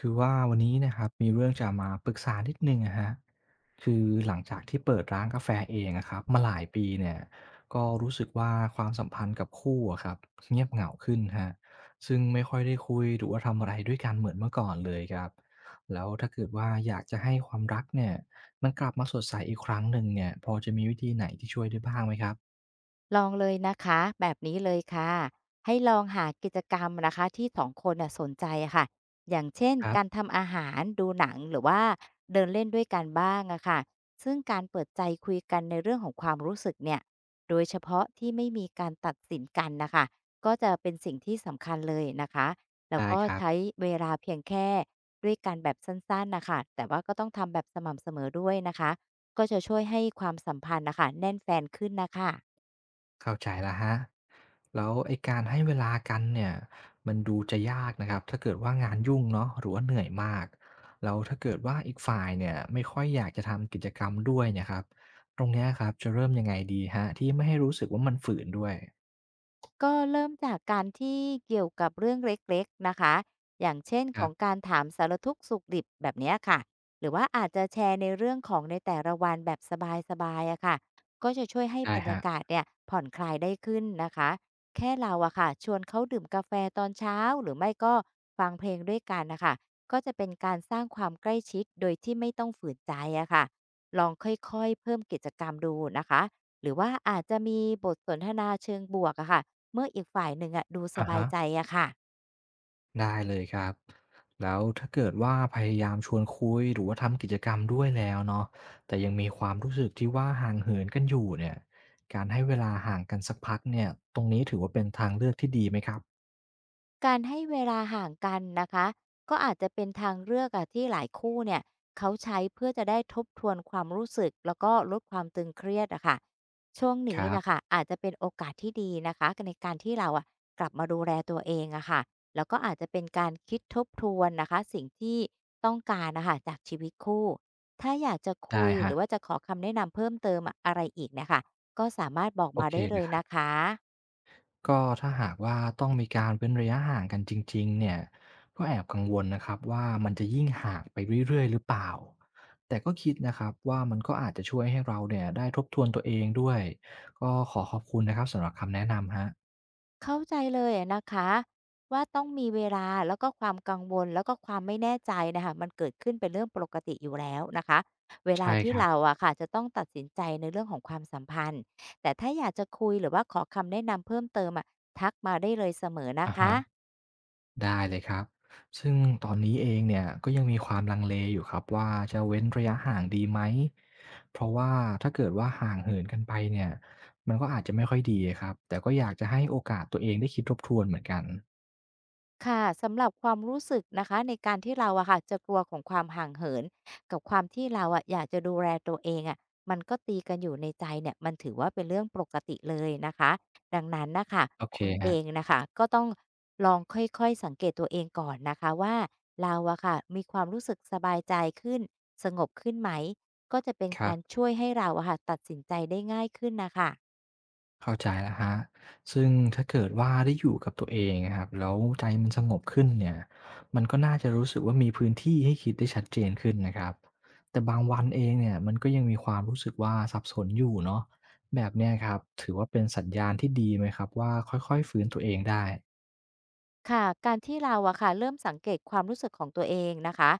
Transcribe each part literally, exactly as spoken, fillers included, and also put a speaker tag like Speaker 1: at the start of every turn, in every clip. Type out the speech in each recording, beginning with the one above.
Speaker 1: คือว่าวันนี้นะครับมีเรื่องจะมาปรึกษานิดหนึ่งอะฮะคือหลังจากที่เปิดร้านกาแฟเองอะครับมาหลายปีเนี่ยก็รู้สึกว่าความสัมพันธ์กับคู่อะครับเงียบเหงาขึ้นครับซึ่งไม่ค่อยได้คุยหรือว่าทำอะไรด้วยกันเหมือนเมื่อก่อนเลยครับแล้วถ้าเกิดว่าอยากจะให้ความรักเนี่ยมันกลับมาสดใสอีกครั้งหนึ่งเนี่ยพอจะมีวิธีไหนที่ช่วยได้บ้างไหมครับ
Speaker 2: ลองเลยนะคะแบบนี้เลยค่ะให้ลองหากิจกรรมนะคะที่สองคนน่ะสนใจอะค่ะอย่างเช่น
Speaker 1: ครั
Speaker 2: การ
Speaker 1: บ
Speaker 2: ทำอาหารดูหนังหรือว่าเดินเล่นด้วยกันบ้างอะค่ะซึ่งการเปิดใจคุยกันในเรื่องของความรู้สึกเนี่ยโดยเฉพาะที่ไม่มีการตัดสินกันนะคะก็จะเป็นสิ่งที่สำคัญเลยนะคะแล้ว
Speaker 1: ได้
Speaker 2: ก็
Speaker 1: ครับ
Speaker 2: ใช้เวลาเพียงแค่ด้วยกันแบบสั้นๆนะคะแต่ว่าก็ต้องทำแบบสม่ำเสมอด้วยนะคะก็จะช่วยให้ความสัมพันธ์นะคะแน่นแฟนขึ้นนะคะ
Speaker 1: เข้าใจแล้วฮะแล้วไอ้การให้เวลากันเนี่ยมันดูจะยากนะครับถ้าเกิดว่างานยุ่งเนาะหรือว่าเหนื่อยมากแล้วถ้าเกิดว่าอีกฝ่ายเนี่ยไม่ค่อยอยากจะทำกิจกรรมด้วยเนะครับตรงเนี้ยครับจะเริ่มยังไงดีฮะที่ไม่ให้รู้สึกว่ามันฝืนด้วย
Speaker 2: ก็เริ่มจากการที่เกี่ยวกับเรื่องเล็กๆนะคะ อย่างเช่น
Speaker 1: ค
Speaker 2: ข
Speaker 1: รั
Speaker 2: อง
Speaker 1: บ
Speaker 2: การถามสารทุกข์สุขดิบแบบเนี้ยค่ะหรือว่าอาจจะแชร์ในเรื่องของในแต่ละวันแบบสบายๆอะค่ะก็จะช่วยให้
Speaker 1: ได้
Speaker 2: บรร
Speaker 1: ฮะ
Speaker 2: ยากาศเนี่ยผ่อนคลายได้ขึ้นนะคะแค่เราอะค่ะชวนเขาดื่มกาแฟตอนเช้าหรือไม่ก็ฟังเพลงด้วยกันนะคะก็จะเป็นการสร้างความใกล้ชิดโดยที่ไม่ต้องฝืนใจอะค่ะลองค่อยๆเพิ่มกิจกรรมดูนะคะหรือว่าอาจจะมีบทสนทนาเชิงบวกอะค่ะ เมื่ออีกฝ่ายหนึ่งอะดูส
Speaker 1: อะ
Speaker 2: บาย
Speaker 1: ฮะ
Speaker 2: ใจอะค่ะ
Speaker 1: ได้เลยครับแล้วถ้าเกิดว่าพยายามชวนคุยหรือว่าทำกิจกรรมด้วยแล้วเนาะแต่ยังมีความรู้สึกที่ว่าห่างเหินกันอยู่เนี่ยการให้เวลาห่างกันสักพักเนี่ยตรงนี้ถือว่าเป็นทางเลือกที่ดีไหมครับ
Speaker 2: การให้เวลาห่างกันนะคะก็อาจจะเป็นทางเลือกอะที่หลายคู่เนี่ยเขาใช้เพื่อจะได้ทบทวนความรู้สึกแล้วก็ลดความตึงเครียดอะค่ะช่วง
Speaker 1: ค
Speaker 2: นี้
Speaker 1: รั
Speaker 2: นะคะ
Speaker 1: บ
Speaker 2: อาจจะเป็นโอกาสที่ดีนะคะกในการที่เราอะกลับมาดูแลตัวเองอะค่ะแล้วก็อาจจะเป็นการคิดทบทวนนะคะสิ่งที่ต้องการนะคะจากชีวิตคู่ถ้าอยากจะ
Speaker 1: ได้
Speaker 2: คุยห
Speaker 1: ฮะ
Speaker 2: รือว่าจะขอคำแนะนำเพิ่มเติมอะอะไรอีกเนี่ยค่ะก็สามารถบอก
Speaker 1: โอ
Speaker 2: มา
Speaker 1: เค
Speaker 2: ได้
Speaker 1: เล
Speaker 2: เล
Speaker 1: ย
Speaker 2: ย
Speaker 1: ครับ
Speaker 2: นะคะ
Speaker 1: ก็ถ้าหากว่าต้องมีการเว้นระยะห่างกันจริงๆเนี่ยก็แอบกังวลนะครับว่ามันจะยิ่งห่างไปเรื่อยๆหรือเปล่าแต่ก็คิดนะครับว่ามันก็อาจจะช่วยให้เราเนี่ยได้ทบทวนตัวเองด้วยก็ขอขอบคุณนะครับสำหรับคำแนะนำครับ
Speaker 2: เข้าใจเลยอะนะคะว่าต้องมีเวลาแล้วก็ความกังวลแล้วก็ความไม่แน่ใจนะคะมันเกิดขึ้นเป็นเรื่องปกติอยู่แล้วนะคะเวลา
Speaker 1: ใช่ค
Speaker 2: ที่
Speaker 1: รับ
Speaker 2: เราอะค่ะจะต้องตัดสินใจในเรื่องของความสัมพันธ์แต่ถ้าอยากจะคุยหรือว่าขอคำแนะนำเพิ่มเติมอะทักมาได้เลยเสมอนะ
Speaker 1: อะ
Speaker 2: คะ
Speaker 1: ฮะ ได้เลยครับ ซึ่งตอนนี้เองเนี่ยก็ยังมีความลังเลอยู่ครับว่าจะเว้นระยะห่างดีไหม เพราะว่าถ้าเกิดว่าห่างเหินกันไปเนี่ย มันก็อาจจะไม่ค่อยดีครับ แต่ก็อยากจะให้โอกาสตัวเองได้คิดทบทวนเหมือนกัน
Speaker 2: ค่ะสำหรับความรู้สึกนะคะในการที่เราอะค่ะจะกลัวของความห่างเหินกับความที่เราอะอยากจะดูแลตัวเองอะมันก็ตีกันอยู่ในใจเนี่ยมันถือว่าเป็นเรื่องปกติเลยนะคะดังนั้นนะคะ
Speaker 1: โอเค
Speaker 2: คุณเอ
Speaker 1: ฮะ
Speaker 2: งนะค่ะก็ต้องลองค่อยๆสังเกตตัวเองก่อนนะคะว่าเราอะค่ะมีความรู้สึกสบายใจขึ้นสงบขึ้นไหมก็จะเป็น
Speaker 1: ครั
Speaker 2: กา
Speaker 1: บ
Speaker 2: รช่วยให้เราอะค่ะตัดสินใจได้ง่ายขึ้นนะคะ
Speaker 1: เข้าใจแล้วฮะ ซึ่งถ้าเกิดว่าได้อยู่กับตัวเองอะครับแล้วใจมันสงบขึ้นเนี่ย มันก็น่าจะรู้สึกว่ามีพื้นที่ให้คิดได้ชัดเจนขึ้นนะครับ แต่บางวันเองเนี่ยมันก็ยังมีความรู้สึกว่าสับสนอยู่เนาะแบบเนี้ยครับถือว่าเป็นสัญญาณที่ดีไหมครับว่าค่อยๆฟื้นตัวเองได้
Speaker 2: ค่ะการที่เราอะค่ะเริ่มสังเกตความรู้สึกของตัวเองนะคะ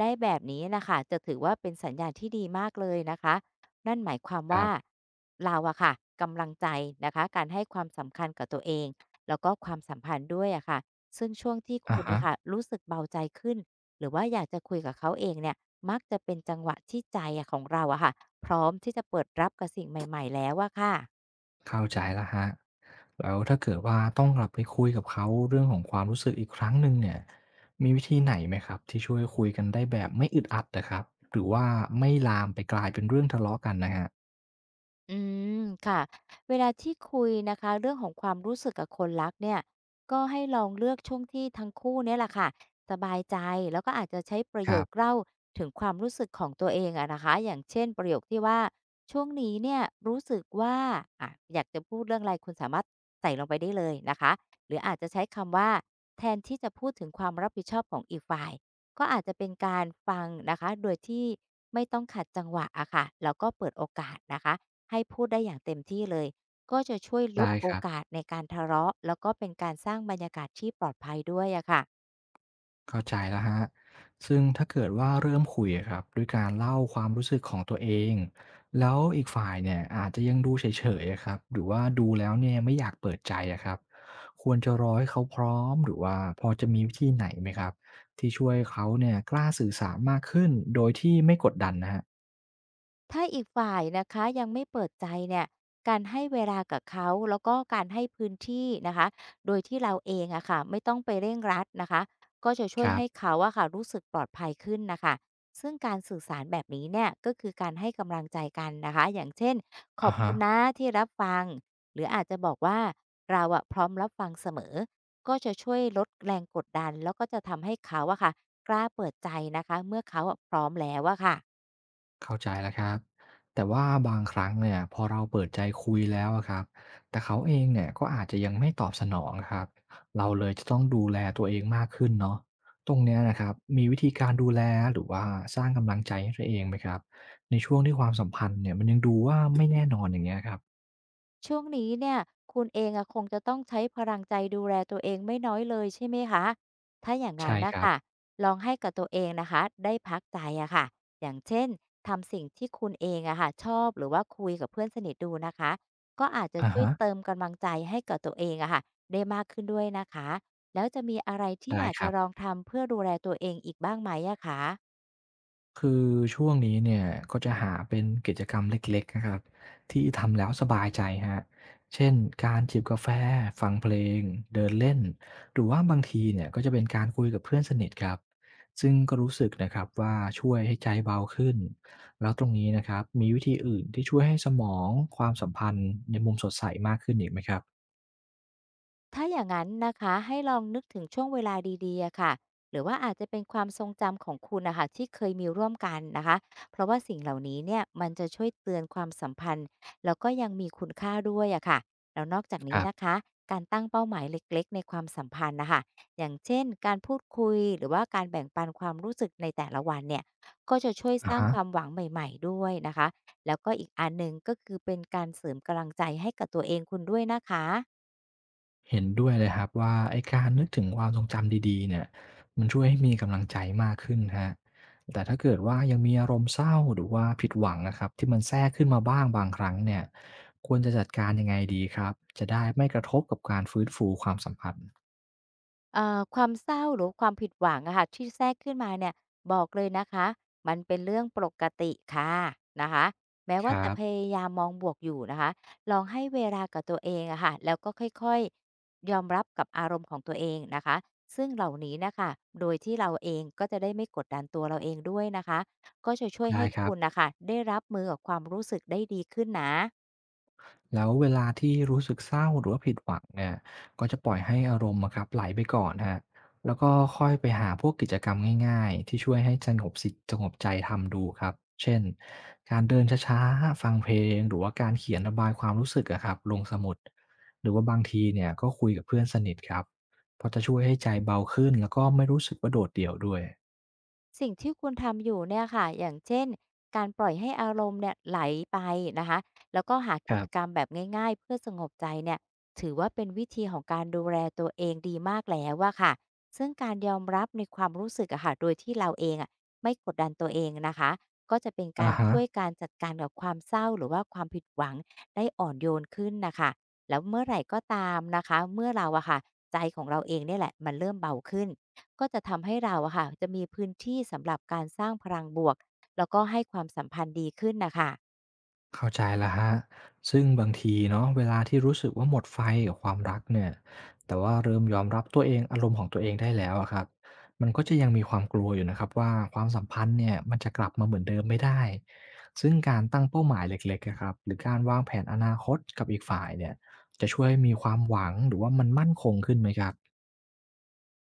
Speaker 2: ได้แบบนี้นะคะจะถือว่าเป็นสัญญาณที่ดีมากเลยนะคะนั่นหมายความ
Speaker 1: ครั
Speaker 2: ว่า
Speaker 1: บ
Speaker 2: เราอะค่ะกำลังใจนะคะการให้ความสำคัญกับตัวเองแล้วก็ความสัมพันธ์ด้วยอะค่ะซึ่งช่วงที่
Speaker 1: อะ
Speaker 2: คุณ
Speaker 1: ฮะ
Speaker 2: นะค่ะรู้สึกเบาใจขึ้นหรือว่าอยากจะคุยกับเขาเองเนี่ยมักจะเป็นจังหวะที่ใจอะของเราอะค่ะพร้อมที่จะเปิดรับกับสิ่งใหม่ๆแล้วอะค่ะ
Speaker 1: เข้าใจแล้วครับ แล้วถ้าเกิดว่าต้องกลับไปคุยกับเขาเรื่องของความรู้สึกอีกครั้งหนึ่งเนี่ยมีวิธีไหนไหมครับที่ช่วยคุยกันได้แบบไม่อึดอัดนะครับหรือว่าไม่ลามไปกลายเป็นเรื่องทะเลาะกันนะครับ
Speaker 2: อืมค่ะเวลาที่คุยนะคะเรื่องของความรู้สึกกับคนรักเนี่ยก็ให้ลองเลือกช่วงที่ทั้งคู่เนี่ยแหละค่ะสบายใจแล้วก็อาจจะใช้ประ
Speaker 1: ค
Speaker 2: โย
Speaker 1: รั
Speaker 2: ค
Speaker 1: บ
Speaker 2: เล่าถึงความรู้สึกของตัวเองอะนะคะอย่างเช่นประโยคที่ว่าช่วงนี้เนี่ยรู้สึกว่าอ่ะอยากจะพูดเรื่องอะไรคุณสามารถใส่ลงไปได้เลยนะคะหรืออาจจะใช้คำว่าแทนที่จะพูดถึงความรับผิดชอบของอีกฝ่ายก็อาจจะเป็นการฟังนะคะโดยที่ไม่ต้องขัดจังหวะอะค่ะแล้วก็เปิดโอกาสนะคะ ให้พูดได้อย่างเต็มที่เลยก็จะช่วยล
Speaker 1: ได้
Speaker 2: ดโอ
Speaker 1: ครับ
Speaker 2: กาสในการทะเลาะแล้วก็เป็นการสร้างบรรยากาศที่ปลอดภัยด้วยอะค่ะ
Speaker 1: เข้าใจแล้วฮะซึ่งถ้าเกิดว่าเริ่มคุยอะครับด้วยการเล่าความรู้สึกของตัวเองแล้วอีกฝ่ายเนี่ยอาจจะยังดูเฉยๆอะครับหรือว่าดูแล้วเนี่ยไม่อยากเปิดใจอะครับควรจะรอให้เขาพร้อมหรือว่าพอจะมีวิธีไหนไหมครับที่ช่วยเขาเนี่ยกล้าสื่อสารมากขึ้นโดยที่ไม่กดดันนะฮะ
Speaker 2: ถ้าอีกฝ่ายนะคะยังไม่เปิดใจเนี่ยการให้เวลากับเขาแล้วก็การให้พื้นที่นะคะโดยที่เราเองอะค่ะไม่ต้องไปเร่งรัดนะคะก็จะช่
Speaker 1: ค
Speaker 2: วย
Speaker 1: รั
Speaker 2: ให้
Speaker 1: บ
Speaker 2: เขาอะค่ะรู้สึกปลอดภัยขึ้นนะคะซึ่งการสื่อสารแบบนี้เนี่ยก็คือการให้กำลังใจกันนะคะอย่างเช่นข
Speaker 1: อะ
Speaker 2: อบ
Speaker 1: ฮะ
Speaker 2: คุณนะที่รับฟังหรืออาจจะบอกว่าเราอะพร้อมรับฟังเสมอก็จะช่วยลดแรงกดดันแล้วก็จะทำให้เขาอะค่ะกล้าเปิดใจนะคะเมื่อเขาอะพร้อมแล้วอะค่ะ
Speaker 1: เข้าใจแล้วครับแต่ว่าบางครั้งเนี่ยพอเราเปิดใจคุยแล้วอะครับแต่เขาเองเนี่ยก็อาจจะยังไม่ตอบสนองครับเราเลยจะต้องดูแลตัวเองมากขึ้นเนาะตรงเนี้ยนะครับมีวิธีการดูแลหรือว่าสร้างกำลังใจให้ตัวเองไหมครับในช่วงที่ความสัมพันธ์เนี่ยมันยังดูว่าไม่แน่นอนอย่างเงี้ยครับ
Speaker 2: ช่วงนี้เนี่ยคุณเองอะคงจะต้องใช้พลังใจดูแลตัวเองไม่น้อยเลยใช่ไหมคะ ถ้าอย่าง
Speaker 1: ใช่
Speaker 2: นั้น
Speaker 1: ค
Speaker 2: นะ
Speaker 1: รั
Speaker 2: คะ
Speaker 1: บ
Speaker 2: ลองให้กับตัวเองนะคะได้พักใจอะค่ะอย่างเช่นทำสิ่งที่คุณเองอะค่ะชอบหรือว่าคุยกับเพื่อนสนิทดูนะคะก็อาจจะ
Speaker 1: อะ
Speaker 2: ช่วย
Speaker 1: ฮะ
Speaker 2: เติมกำลังใจให้กับตัวเองอะค่ะได้มากขึ้นด้วยนะคะแล้วจะมีอะไรที่
Speaker 1: ได้
Speaker 2: อยาก
Speaker 1: ครั
Speaker 2: จะ
Speaker 1: บ
Speaker 2: ลองทำเพื่อดูแลตัวเองอีกบ้างไหมอะคะ
Speaker 1: คือช่วงนี้เนี่ยก็จะหาเป็นกิจกรรมเล็กๆนะครับที่ทำแล้วสบายใจฮะเช่นการจิบกาแฟฟังเพลงเดินเล่นหรือว่าบางทีเนี่ยก็จะเป็นการคุยกับเพื่อนสนิทครับซึ่งก็รู้สึกนะครับว่าช่วยให้ใจเบาขึ้นแล้วตรงนี้นะครับมีวิธีอื่นที่ช่วยให้สมองความสัมพันธ์ในมุมสดใสมากขึ้นอีกไหมครับ
Speaker 2: ถ้าอย่างนั้นนะคะให้ลองนึกถึงช่วงเวลาดีๆอะค่ะหรือว่าอาจจะเป็นความทรงจำของคุณนะคะที่เคยมีร่วมกันนะคะเพราะว่าสิ่งเหล่านี้เนี่ยมันจะช่วยเตือนความสัมพันธ์แล้วก็ยังมีคุณค่าด้วยอะค่ะแล้วนอกจาก
Speaker 1: ค
Speaker 2: นี้
Speaker 1: รั
Speaker 2: นะ
Speaker 1: บ
Speaker 2: คะการตั้งเป้าหมายเล็กๆในความสัมพันธ์นะคะอย่างเช่นการพูดคุยหรือว่าการแบ่งปันความรู้สึกในแต่ละวันเนี่ยก็จะช่วยส
Speaker 1: อะ
Speaker 2: ร้าง
Speaker 1: ฮะ
Speaker 2: ความหวังใหม่ๆด้วยนะคะแล้วก็อีกอันหนึ่งก็คือเป็นการเสริมกำลังใจให้กับตัวเองคุณด้วยนะคะ
Speaker 1: เห็นด้วยเลยครับว่าไอ้การนึกถึงความทรงจำดีๆเนี่ยมันช่วยให้มีกำลังใจมากขึ้นฮะแต่ถ้าเกิดว่ายังมีอารมณ์เศร้าหรือว่าผิดหวังนะครับที่มันแทรกขึ้นมาบ้างบางครั้งเนี่ยควรจะจัดการยังไงดีครับจะได้ไม่กระทบกับการฟื้นฟูความสัมพันธ์
Speaker 2: เอ่อความเศร้าหรือความผิดหวังอะค่ะที่แทรกขึ้นมาเนี่ยบอกเลยนะคะมันเป็นเรื่องปกติค่ะนะคะแม้
Speaker 1: ค
Speaker 2: ว่า
Speaker 1: รั
Speaker 2: จะ
Speaker 1: บ
Speaker 2: พยายามมองบวกอยู่นะคะลองให้เวลากับตัวเองอะค่ะแล้วก็ค่อยๆยอมรับกับอารมณ์ของตัวเองนะคะซึ่งเหล่านี้น่ะค่ะโดยที่เราเองก็จะได้ไม่กดดันตัวเราเองด้วยนะคะก็จะช่วย
Speaker 1: ได้
Speaker 2: ให้
Speaker 1: ครับ
Speaker 2: คุณน่ะค่ะได้รับมือกับความรู้สึกได้ดีขึ้นนะ
Speaker 1: แล้วเวลาที่รู้สึกเศร้าหรือว่าผิดหวังเนี่ยก็จะปล่อยให้อารมณ์อะครับไหลไปก่อนฮะแล้วก็ค่อยไปหาพวกกิจกรรมง่ายๆที่ช่วยให้สงบสิตสงบใจทำดูครับเช่นการเดินช้าๆฟังเพลงหรือว่าการเขียนระบายความรู้สึกอะครับลงสมุดหรือว่าบางทีเนี่ยก็คุยกับเพื่อนสนิทครับเพราะจะช่วยให้ใจเบาขึ้นแล้วก็ไม่รู้สึกว่าโดดเดี่ยวด้วย
Speaker 2: สิ่งที่คุณทำอยู่เนี่ยค่ะอย่างเช่น การปล่อยให้อารมณ์เนี่ยไหลไปนะคะแล้วก็หา
Speaker 1: ค
Speaker 2: กิ
Speaker 1: รั
Speaker 2: จกรรม
Speaker 1: บ
Speaker 2: แบบง่ายๆเพื่อสงบใจเนี่ยถือว่าเป็นวิธีของการดูแลตัวเองดีมากแล้วอะค่ะซึ่งการยอมรับในความรู้สึกอะค่ะโดยที่เราเองอะไม่กดดันตัวเองนะคะก็จะเป็น
Speaker 1: อะ
Speaker 2: การ
Speaker 1: ฮะ
Speaker 2: ช่วยการจัดการกับความเศร้าหรือว่าความผิดหวังได้อ่อนโยนขึ้นนะคะแล้วเมื่อไหร่ก็ตามนะคะเมื่อเราอะค่ะใจของเราเองเนี่ยแหละมันเริ่มเบาขึ้น ก็จะทำให้เราอะค่ะจะมีพื้นที่สำหรับการสร้างพลังบวกแล้วก็ให้ความสัมพันธ์ดีขึ้นนะคะ
Speaker 1: เข้าใจแล้วฮะซึ่งบางทีเนาะเวลาที่รู้สึกว่าหมดไฟกับความรักเนี่ยแต่ว่าเริ่มยอมรับตัวเองอารมณ์ของตัวเองได้แล้วอะครับมันก็จะยังมีความกลัวอยู่นะครับว่าความสัมพันธ์เนี่ยมันจะกลับมาเหมือนเดิมไม่ได้ซึ่งการตั้งเป้าหมายเล็กๆอะครับหรือการวางแผนอนาคตกับอีกฝ่ายเนี่ยจะช่วยให้มีความหวังหรือว่ามันมั่นคงขึ้นไหมครับ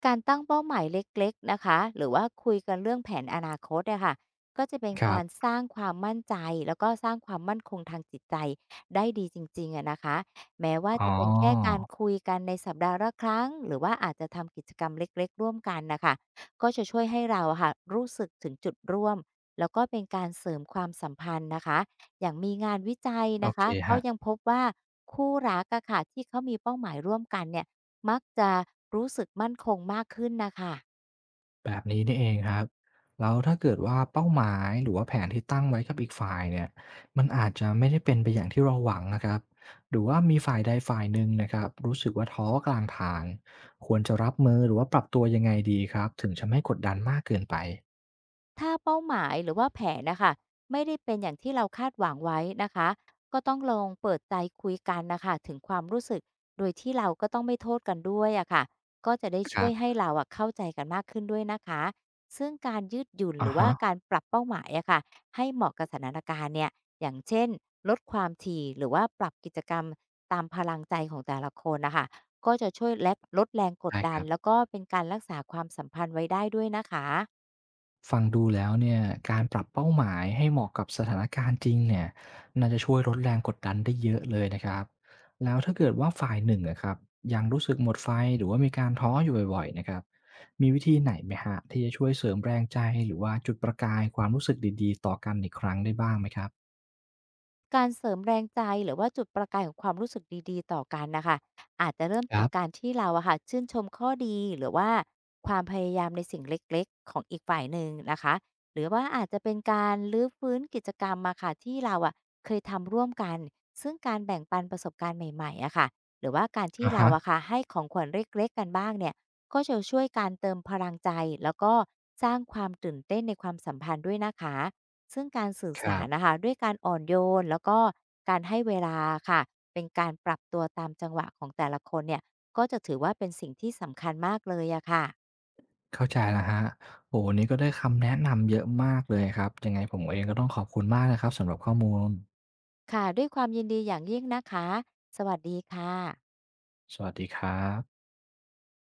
Speaker 2: การตั้งเป้าหมายเล็กๆนะคะหรือว่าคุยกันเรื่องแผนอนาคตเนี่ยค่ะก็จะเป็น
Speaker 1: ครั
Speaker 2: การ
Speaker 1: บ
Speaker 2: สร้างความมั่นใจแล้วก็สร้างความมั่นคงทางจิตใจได้ดีจริงๆอะนะคะแม้ว่า
Speaker 1: อ๋อ
Speaker 2: จะเป็นแค่การคุยกันในสัปดาห์ละครั้ง หรือว่าอาจจะทำกิจกรรมเล็กๆร่วมกันนะคะก็จะช่วยให้เราอะค่ะรู้สึกถึงจุดร่วม แล้วก็เป็นการเสริมความสัมพันธ์นะคะอย่างมีงานวิจัย
Speaker 1: โอ
Speaker 2: นะ
Speaker 1: เค
Speaker 2: คะเขา
Speaker 1: ฮะ
Speaker 2: ยังพบว่าคู่รักอะค่ะที่เขามีเป้าหมายร่วมกันเนี่ย มักจะรู้สึกมั่นคงมากขึ้นนะค่ะ
Speaker 1: แบบนี้นี่เองครับแล้วถ้าเกิดว่าเป้าหมายหรือว่าแผนที่ตั้งไว้กับอีกฝ่ายเนี่ยมันอาจจะไม่ได้เป็นไปอย่างที่เราหวังนะครับหรือว่ามีฝ่ายใดฝ่ายหนึ่งนะครับรู้สึกว่าท้อกลางทางควรจะรับมือหรือว่าปรับตัวยังไงดีครับถึงจะไม่กดดันมากเกินไป
Speaker 2: ถ้าเป้าหมายหรือว่าแผนน่ะคะไม่ได้เป็นอย่างที่เราคาดหวังไว้นะคะก็ต้องลองเปิดใจคุยกันน่ะคะถึงความรู้สึกโดยที่เราก็ต้องไม่โทษกันด้วยอะค่ะก็จะได้
Speaker 1: ค
Speaker 2: ช่
Speaker 1: รั
Speaker 2: วยให้
Speaker 1: บ
Speaker 2: เราอะเข้าใจกันมากขึ้นด้วยนะคะซึ่งการยืดหยุ่นห
Speaker 1: อะ
Speaker 2: รือว่า
Speaker 1: ฮะ
Speaker 2: การปรับเป้าหมายอะค่ะให้เหมาะกับสถานการณ์เนี่ยอย่างเช่นลดความถี่หรือว่าปรับกิจกรรมตามพลังใจของแต่ละคนนะคะก็จะช่วยและลดแรงกด
Speaker 1: ได้ค
Speaker 2: ดัน
Speaker 1: รับ
Speaker 2: แล้วก็เป็นการรักษาความสัมพันธ์ไว้ได้ด้วยนะคะ
Speaker 1: ฟังดูแล้วเนี่ยการปรับเป้าหมายให้เหมาะกับสถานการณ์จริงเนี่ยน่าจะช่วยลดแรงกดดันได้เยอะเลยนะครับแล้วถ้าเกิดว่าฝ่ายหนึ่งอะครับยังรู้สึกหมดไฟหรือว่ามีการท้ออยู่บ่อยๆนะครับมีวิธีไหนไหมฮะที่จะช่วยเสริมแรงใจหรือว่าจุดประกายความรู้สึกดีๆต่อกันอีกครั้งได้บ้างไหมครับ
Speaker 2: การเสริมแรงใจหรือว่าจุดประกายของความรู้สึกดีๆต่อกันนะคะอาจจะเริ่ม
Speaker 1: ครั
Speaker 2: จาก
Speaker 1: บ
Speaker 2: การที่เราอะค่ะชื่นชมข้อดีหรือว่าความพยายามในสิ่งเล็กๆของอีกฝ่ายหนึ่งนะคะหรือว่าอาจจะเป็นการรื้อฟื้นกิจกรรมมาค่ะที่เราอะเคยทำร่วมกันซึ่งการแบ่งปันประสบการณ์ใหม่ๆอะค่ะหรือว่าการที่
Speaker 1: อะ
Speaker 2: เรา
Speaker 1: ฮะ
Speaker 2: อะค่ะให้ของขวัญเล็กๆกันบ้างเนี่ยก็จะช่วยการเติมพลังใจแล้วก็สร้างความตื่นเต้นในความสัมพันธ์ด้วยนะคะ ซึ่งการสื่อ
Speaker 1: ค
Speaker 2: สา
Speaker 1: รั
Speaker 2: ร
Speaker 1: บ
Speaker 2: นะคะด้วยการอ่อนโยนแล้วก็การให้เวลาค่ะเป็นการปรับตัวตามจังหวะของแต่ละคนเนี่ยก็จะถือว่าเป็นสิ่งที่สำคัญมากเลยอะค่ะ
Speaker 1: เข้าใจแล้วฮะโอ้วันนี้ก็ได้คำแนะนำเยอะมากเลยครับยังไงผมเองก็ต้องขอบคุณมากนะครับสำหรับข้อมูล
Speaker 2: ค่ะด้วยความยินดีอย่างยิ่งนะคะสวัสดีค่ะ
Speaker 1: สวัสดีครับ